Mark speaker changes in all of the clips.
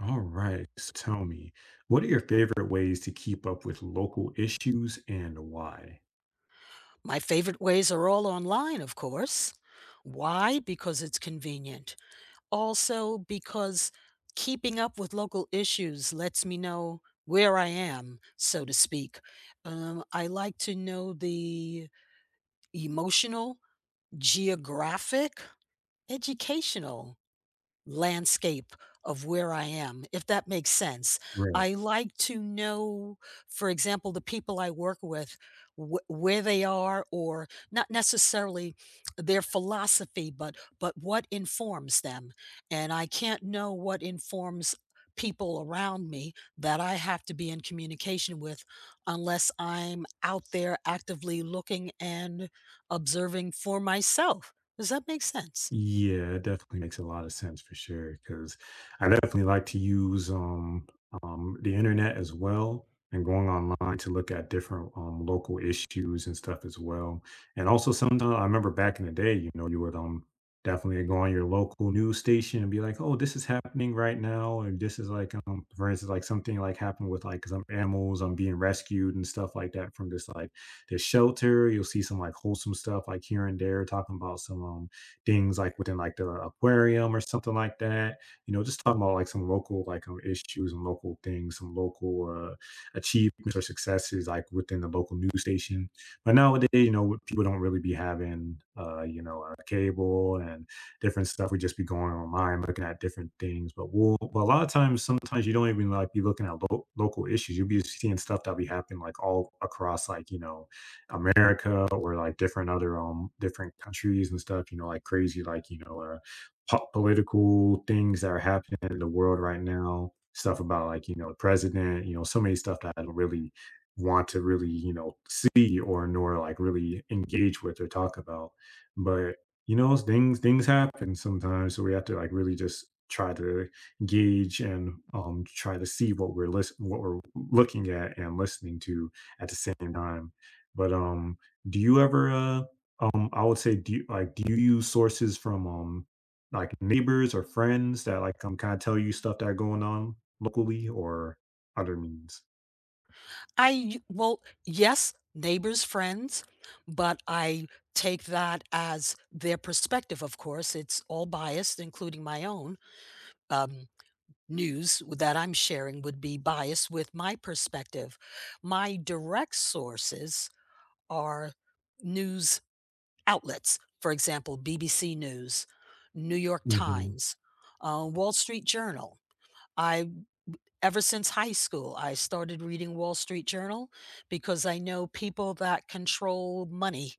Speaker 1: All right. So tell me, what are your favorite ways to keep up with local issues and why?
Speaker 2: My favorite ways are all online, of course. Why? Because it's convenient. Also, because keeping up with local issues lets me know where I am, so to speak. I like to know the emotional, geographic, educational landscape of where I am, if that makes sense. I like to know, for example, the people I work with, where they are, or not necessarily their philosophy, but what informs them. And I can't know what informs people around me that I have to be in communication with unless I'm out there actively looking and observing for myself. Does that make sense?
Speaker 1: Yeah, it definitely makes a lot of sense for sure. Because I definitely like to use the internet as well and going online to look at different local issues and stuff as well. And also, sometimes I remember back in the day, you know, you would definitely go on your local news station and be like, "Oh, this is happening right now," and this is like, for instance, like something like happened with like some animals being rescued and stuff like that from this shelter. You'll see some like wholesome stuff like here and there talking about some things like within like the aquarium or something like that. You know, just talking about like some local like issues and local things, some local achievements or successes like within the local news station. But nowadays, you know, people don't really be having cable and different stuff. We just be going online looking at different things. But a lot of times, sometimes you don't even like be looking at local issues. You'll be seeing stuff that be happening like all across like you know America or like different other different countries and stuff, you know, like crazy like, you know, political things that are happening in the world right now, stuff about like, you know, the president, you know, so many stuff that I don't really want to really, you know, see or nor like really engage with or talk about. But you know, things happen sometimes. So we have to like really just try to gauge and try to see what we're list what we're looking at and listening to at the same time. But Do you ever I would say do you, do you use sources from like neighbors or friends that like kind of tell you stuff that are going on locally or other means?
Speaker 2: I u well, yes, neighbors, friends, but I take that as their perspective. Of course, it's all biased, including my own. Um, news that I'm sharing would be biased with my perspective. My direct sources are news outlets, for example, BBC News, New York
Speaker 1: Hmm.
Speaker 2: Times, Wall Street Journal. I Ever since high school, I started reading Wall Street Journal because I know people that control money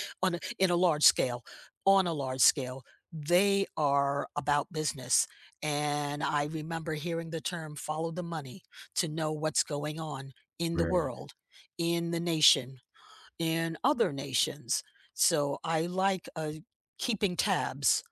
Speaker 2: in a large scale, on a large scale, they are about business. And I remember hearing the term follow the money to know what's going on in the
Speaker 1: Right.
Speaker 2: world, in the nation, in other nations. So I like keeping tabs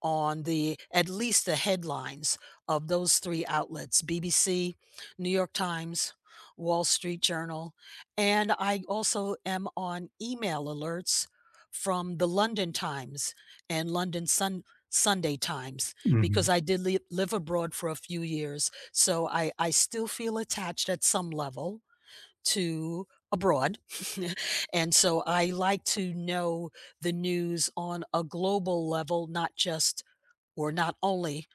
Speaker 2: on the at least the headlines of those 3 outlets, BBC, New York Times, Wall Street Journal, and I also am on email alerts from the London Times and London Sunday Times because
Speaker 1: Hmm.
Speaker 2: I did li live abroad for a few years, so I still feel attached at some level to abroad, and so I like to know the news on a global level, not just or not only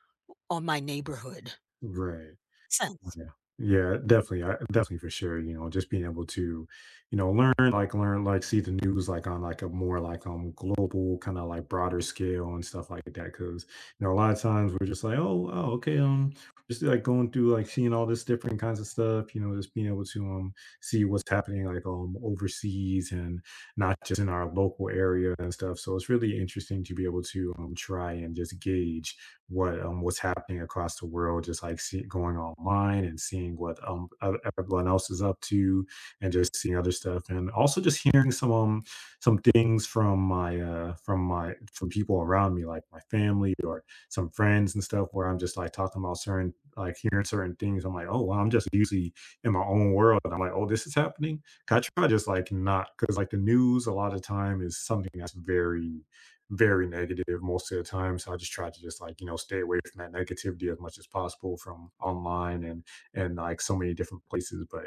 Speaker 2: on my neighborhood.
Speaker 1: Right.
Speaker 2: So,
Speaker 1: Yeah. Yeah, definitely. I definitely for sure, you know, just being able to, you know, learn like see the news like on like a more like global kind of like broader scale and stuff like that. Cause you know, a lot of times we're just like, oh, oh, okay, just like going through like seeing all this different kinds of stuff, you know, just being able to see what's happening like overseas and not just in our local area and stuff. So it's really interesting to be able to try and just gauge what what's happening across the world, just like see, going online and seeing what everyone else is up to, and just seeing other stuff, and also just hearing some things from my from my from people around me, like my family or some friends and stuff, where I'm just like talking about certain like hearing certain things. I'm like, oh, wow, I'm just usually in my own world. I'm like, oh, this is happening. 'Cause I try just like not because like the news a lot of time is something that's very negative most of the time. So I just try to just like, you know, stay away from that negativity as much as possible from online and like so many different places. But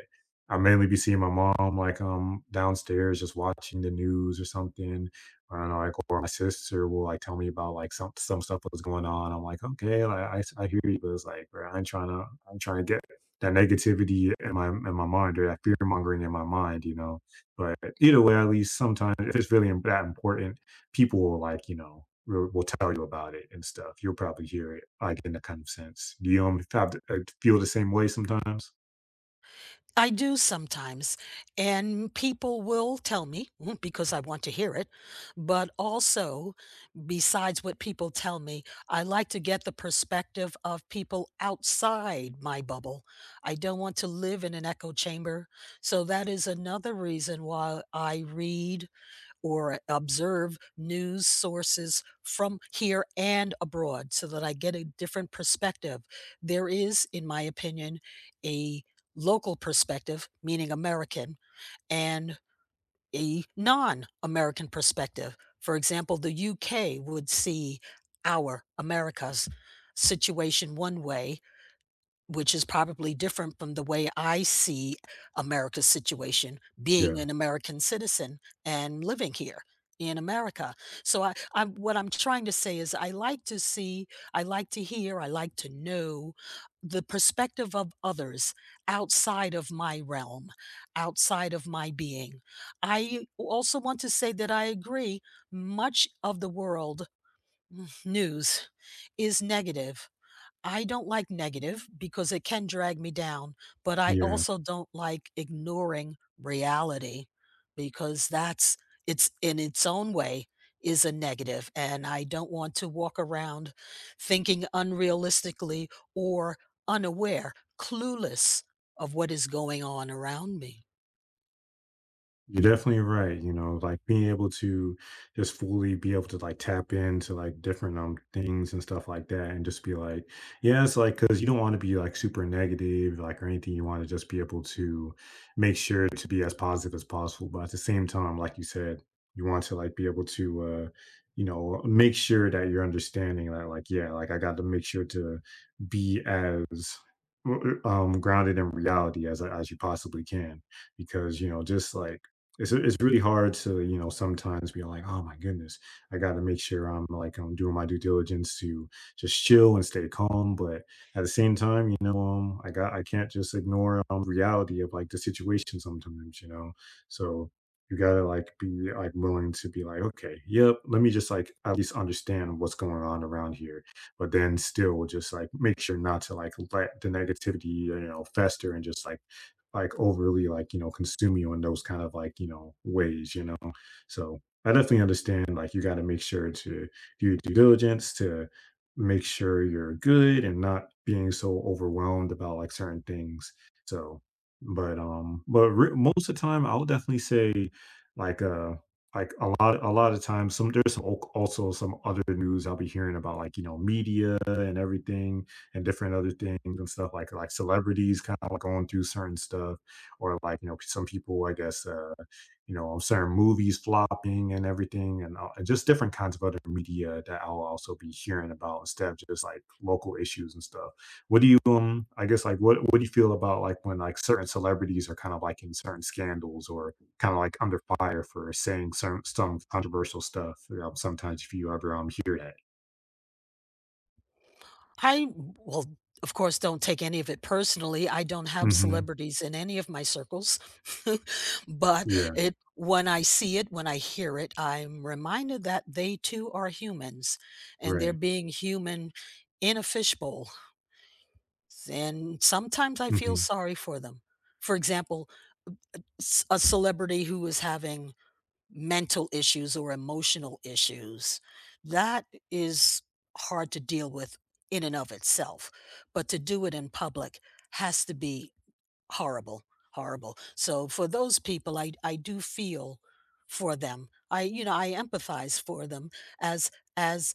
Speaker 1: I mainly be seeing my mom like downstairs just watching the news or something. I don't know, like or my sister will like tell me about like some stuff that's going on. I'm like, okay, like, I hear you, but it's like, bro, I'm trying to get that negativity in my mind or that fear mongering in my mind, you know. But either way, at least sometimes if it's that important people will like, you know, will tell you about it and stuff. You'll probably hear it, like, in that kind of sense. Do you, have to, feel the same way sometimes?
Speaker 2: I do sometimes, and people will tell me because I want to hear it. But also, besides what people tell me, I like to get the perspective of people outside my bubble. I don't want to live in an echo chamber. So that is another reason why I read or observe news sources from here and abroad so that I get a different perspective. There is, in my opinion, a local perspective, meaning American, and a non American perspective. For example, the UK would see our America's situation one way, which is probably different from the way I see America's situation,
Speaker 1: Yeah,
Speaker 2: being an American citizen and living here in America. So I what I'm trying to say is I like to see, I like to hear, I like to know the perspective of others outside of my realm, outside of my being. I also want to say that I agree much of the world news is negative. I don't like negative because it can drag me down, but I
Speaker 1: yeah.
Speaker 2: also don't like ignoring reality because that's it's in its own way is a negative, and I don't want to walk around thinking unrealistically or unaware, clueless of what is going on around me.
Speaker 1: You're definitely right, you know, like, being able to just fully be able to, like, tap into, like, different, things and stuff like that and just be like yeah, it's like because you don't wanna be, like, super negative, like, or anything, you wanna just be able to make sure to be as positive as possible, but at the same time, like you said, you want to, like, be able to, you know, make sure that you're understanding that, like, yeah, like, I got to make sure to be as uh, grounded in reality as I as you possibly can because, you know, just like it's really hard to, you know, sometimes be like, "Oh my goodness, I gotta make sure I'm, like, I'm doing my due diligence to just chill and stay calm," but at the same time, you know, I got I can't just ignore, reality of, like, the situation sometimes, you know? So, you gotta, like, be, like, willing to be like, "Okay, yep, let me just, like, at least understand what's going on around here," but then still just, like, make sure not to, like, let the negativity, you know, fester and just, like overly like you know consume you in those kind of like you know ways you know so I definitely understand like you got to make sure to do your due diligence to make sure you're good and not being so overwhelmed about like certain things so most of the time I would definitely say like uh like a lot of times some there's also some other news I'll be hearing about like you know media and everything and different other things and stuff like celebrities kind of like going through certain stuff or like you know some people I guess you know certain movies flopping and everything and just different kinds of other media that I'll also be hearing about instead of just like local issues and stuff. What do you I guess like what do you feel about like when like certain celebrities are kind of like in certain scandals or kind of like under fire for saying some controversial stuff. You know, sometimes if you ever hear that.
Speaker 2: I well, of course, don't take any of it personally. I don't have
Speaker 1: Hmm.
Speaker 2: celebrities in any of my circles, but
Speaker 1: Yeah.
Speaker 2: it when I see it, when I hear it, I'm reminded that they too are humans, and they're
Speaker 1: Right.
Speaker 2: being human in a fishbowl. And sometimes I feel
Speaker 1: Hmm.
Speaker 2: sorry for them. For example, a celebrity who is having mental issues or emotional issues, that is hard to deal with in and of itself. But to do it in public has to be horrible, horrible. So for those people, I do feel for them. I empathize for them as as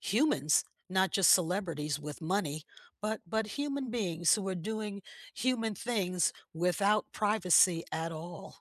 Speaker 2: humans, not just celebrities with money, but human beings who are doing human things without privacy at all.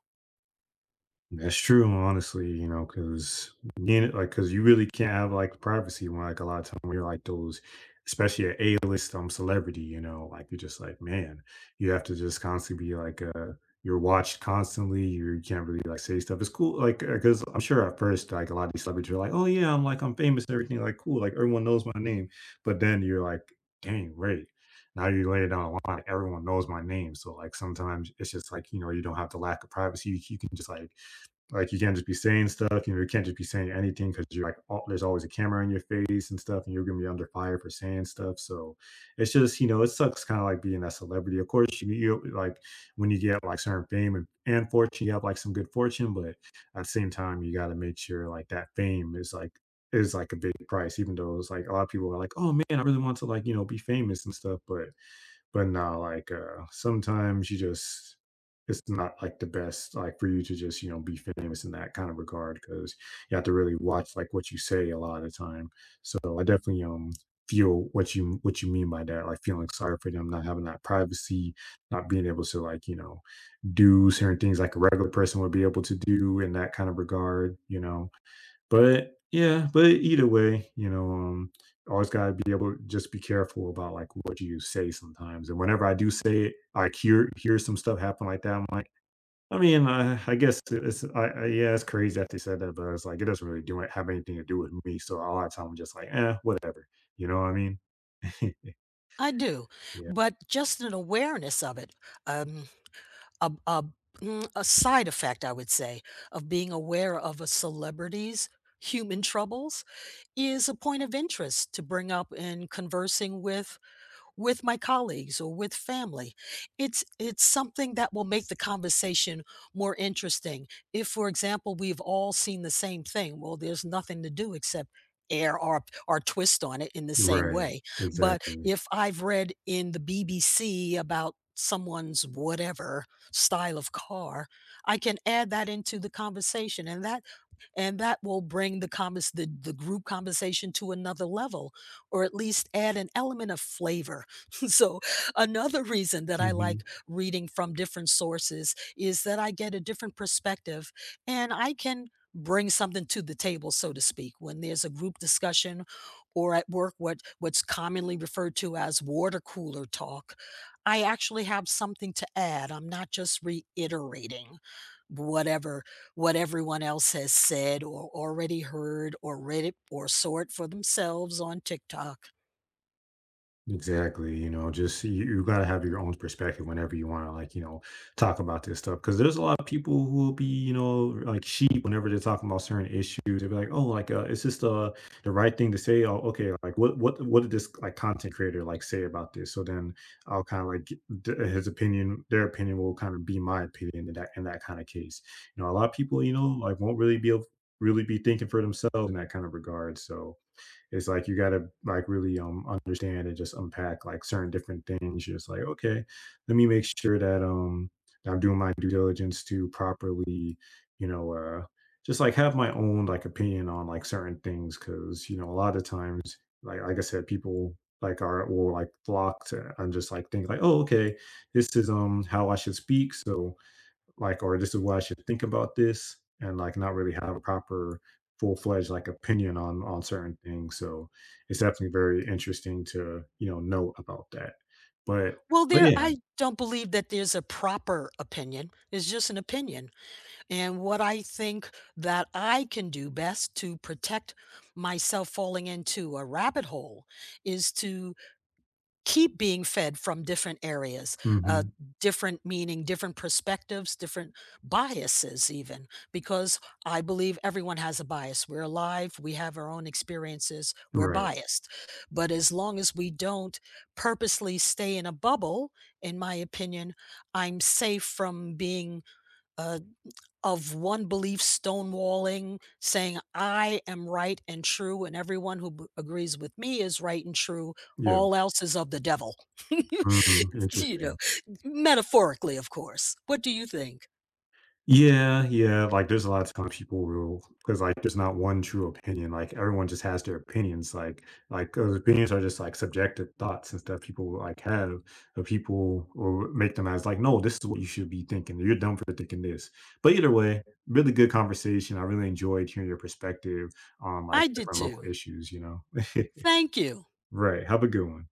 Speaker 1: That's true, honestly, you know, because you like, because you really can't have like privacy when, like, a lot of time when you're like those, especially an A-list celebrity, you know, like you're just like, man, you have to just constantly be like, you're watched constantly. You can't really like say stuff. It's cool, like, because I'm sure at first, like, a lot of these celebrities are like, oh yeah, I'm famous and everything, like cool, like everyone knows my name. But then you're like, dang, wait. Now you lay it down a line. Everyone knows my name, so like sometimes it's just like you know you don't have the lack of privacy. You can just like you can't just be saying stuff. You know, you can't just be saying anything because you're like, there's always a camera in your face and stuff, and you're gonna be under fire for saying stuff. So it's just, you know, it sucks kind of like being that celebrity. Of course, you like when you get like certain fame and fortune, you have like some good fortune, but at the same time, you got to make sure like that fame is like a big price, even though it's like a lot of people are like, oh man, I really want to like you know be famous and stuff, but now, like, sometimes you just it's not like the best, like, for you to just, you know, be famous in that kind of regard because you have to really watch, like, what you say a lot of the time. So I definitely, feel what you mean by that, like, feeling sorry for them, not having that privacy, not being able to, like, you know, do certain things like a regular person would be able to do in that kind of regard, you know? But, yeah, but either way, you know, always gotta be able to just be careful about, like, what you say sometimes, and whenever I do say it, I hear hear some stuff happen like that, I'm like, I mean, I guess it's I yeah, it's crazy that they said that, but it's like, it doesn't really do it have anything to do with me, so a lot of time I'm just like, "Eh, whatever." You know what I mean?
Speaker 2: I do,
Speaker 1: Yeah.
Speaker 2: but just an awareness of it, um, a a a side effect, I would say, of being aware of a celebrity's human troubles is a point of interest to bring up in conversing with my colleagues or with family. It's something that will make the conversation more interesting. If, for example, we've all seen the same thing, well, there's nothing to do except air our twist on it in the same
Speaker 1: Right.
Speaker 2: way. But
Speaker 1: Exactly.
Speaker 2: if I've read in the BBC about someone's whatever style of car, I can add that into the conversation. And that will bring the group conversation to another level, or at least add an element of flavor. So, another reason that I like
Speaker 1: Mhm.
Speaker 2: reading from different sources is that I get a different perspective, and I can bring something to the table, so to speak, when there's a group discussion or at work, what's commonly referred to as water cooler talk. I actually have something to add. I'm not just reiterating whatever what everyone else has said or already heard or read it or saw it for themselves on TikTok.
Speaker 1: Exactly, you know, just you got to have your own perspective whenever you want to, like, you know, talk about this stuff. Because there's a lot of people who will be, you know, like sheep whenever they're talking about certain issues. They'll be like, oh, like, is this the right thing to say? Oh, okay, like, what did this like content creator like say about this? So then I'll kind of like his opinion, their opinion will kind of be my opinion in that kind of case. You know, a lot of people, you know, like won't really be able, really be thinking for themselves in that kind of regard. So it's like you gotta like really understand and just unpack like certain different things. You're just like, okay, let me make sure that that I'm doing my due diligence to properly, you know, just like have my own like opinion on like certain things because you know a lot of times like I said, people like are will like flock to and just like think like, oh okay, this is how I should speak. So like, or this is what I should think about this, and like not really have a proper full fledged like opinion on certain things. So it's definitely very interesting to you know about that. But
Speaker 2: Well,
Speaker 1: but
Speaker 2: there
Speaker 1: yeah,
Speaker 2: I don't believe that there's a proper opinion. It's just an opinion. And what I think that I can do best to protect myself falling into a rabbit hole is to keep being fed from different areas, uh,
Speaker 1: hmm
Speaker 2: different meaning, different perspectives, different biases, even, because I believe everyone has a bias. We're alive, we have our own experiences, we're
Speaker 1: right,
Speaker 2: biased. But as long as we don't purposely stay in a bubble, in my opinion, I'm safe from being uh, of one belief stonewalling, saying, I am right and true, and everyone who agrees with me is right and true.
Speaker 1: yeah,
Speaker 2: All else is of the devil.
Speaker 1: hmm
Speaker 2: You know,
Speaker 1: interesting.
Speaker 2: metaphorically, of course. What do you think?
Speaker 1: Yeah, yeah, like, there's a lot of times people will, because like, there's not one true opinion, like, everyone just has their opinions, like those opinions are just, like, subjective thoughts and stuff people, like, have, but people will make them as, like, "No, this is what you should be thinking, you're dumb for thinking this." But either way, really good conversation, I really enjoyed hearing your perspective on, like,
Speaker 2: I did
Speaker 1: different local
Speaker 2: too.
Speaker 1: issues, you know?
Speaker 2: Thank you.
Speaker 1: Right, have a good one.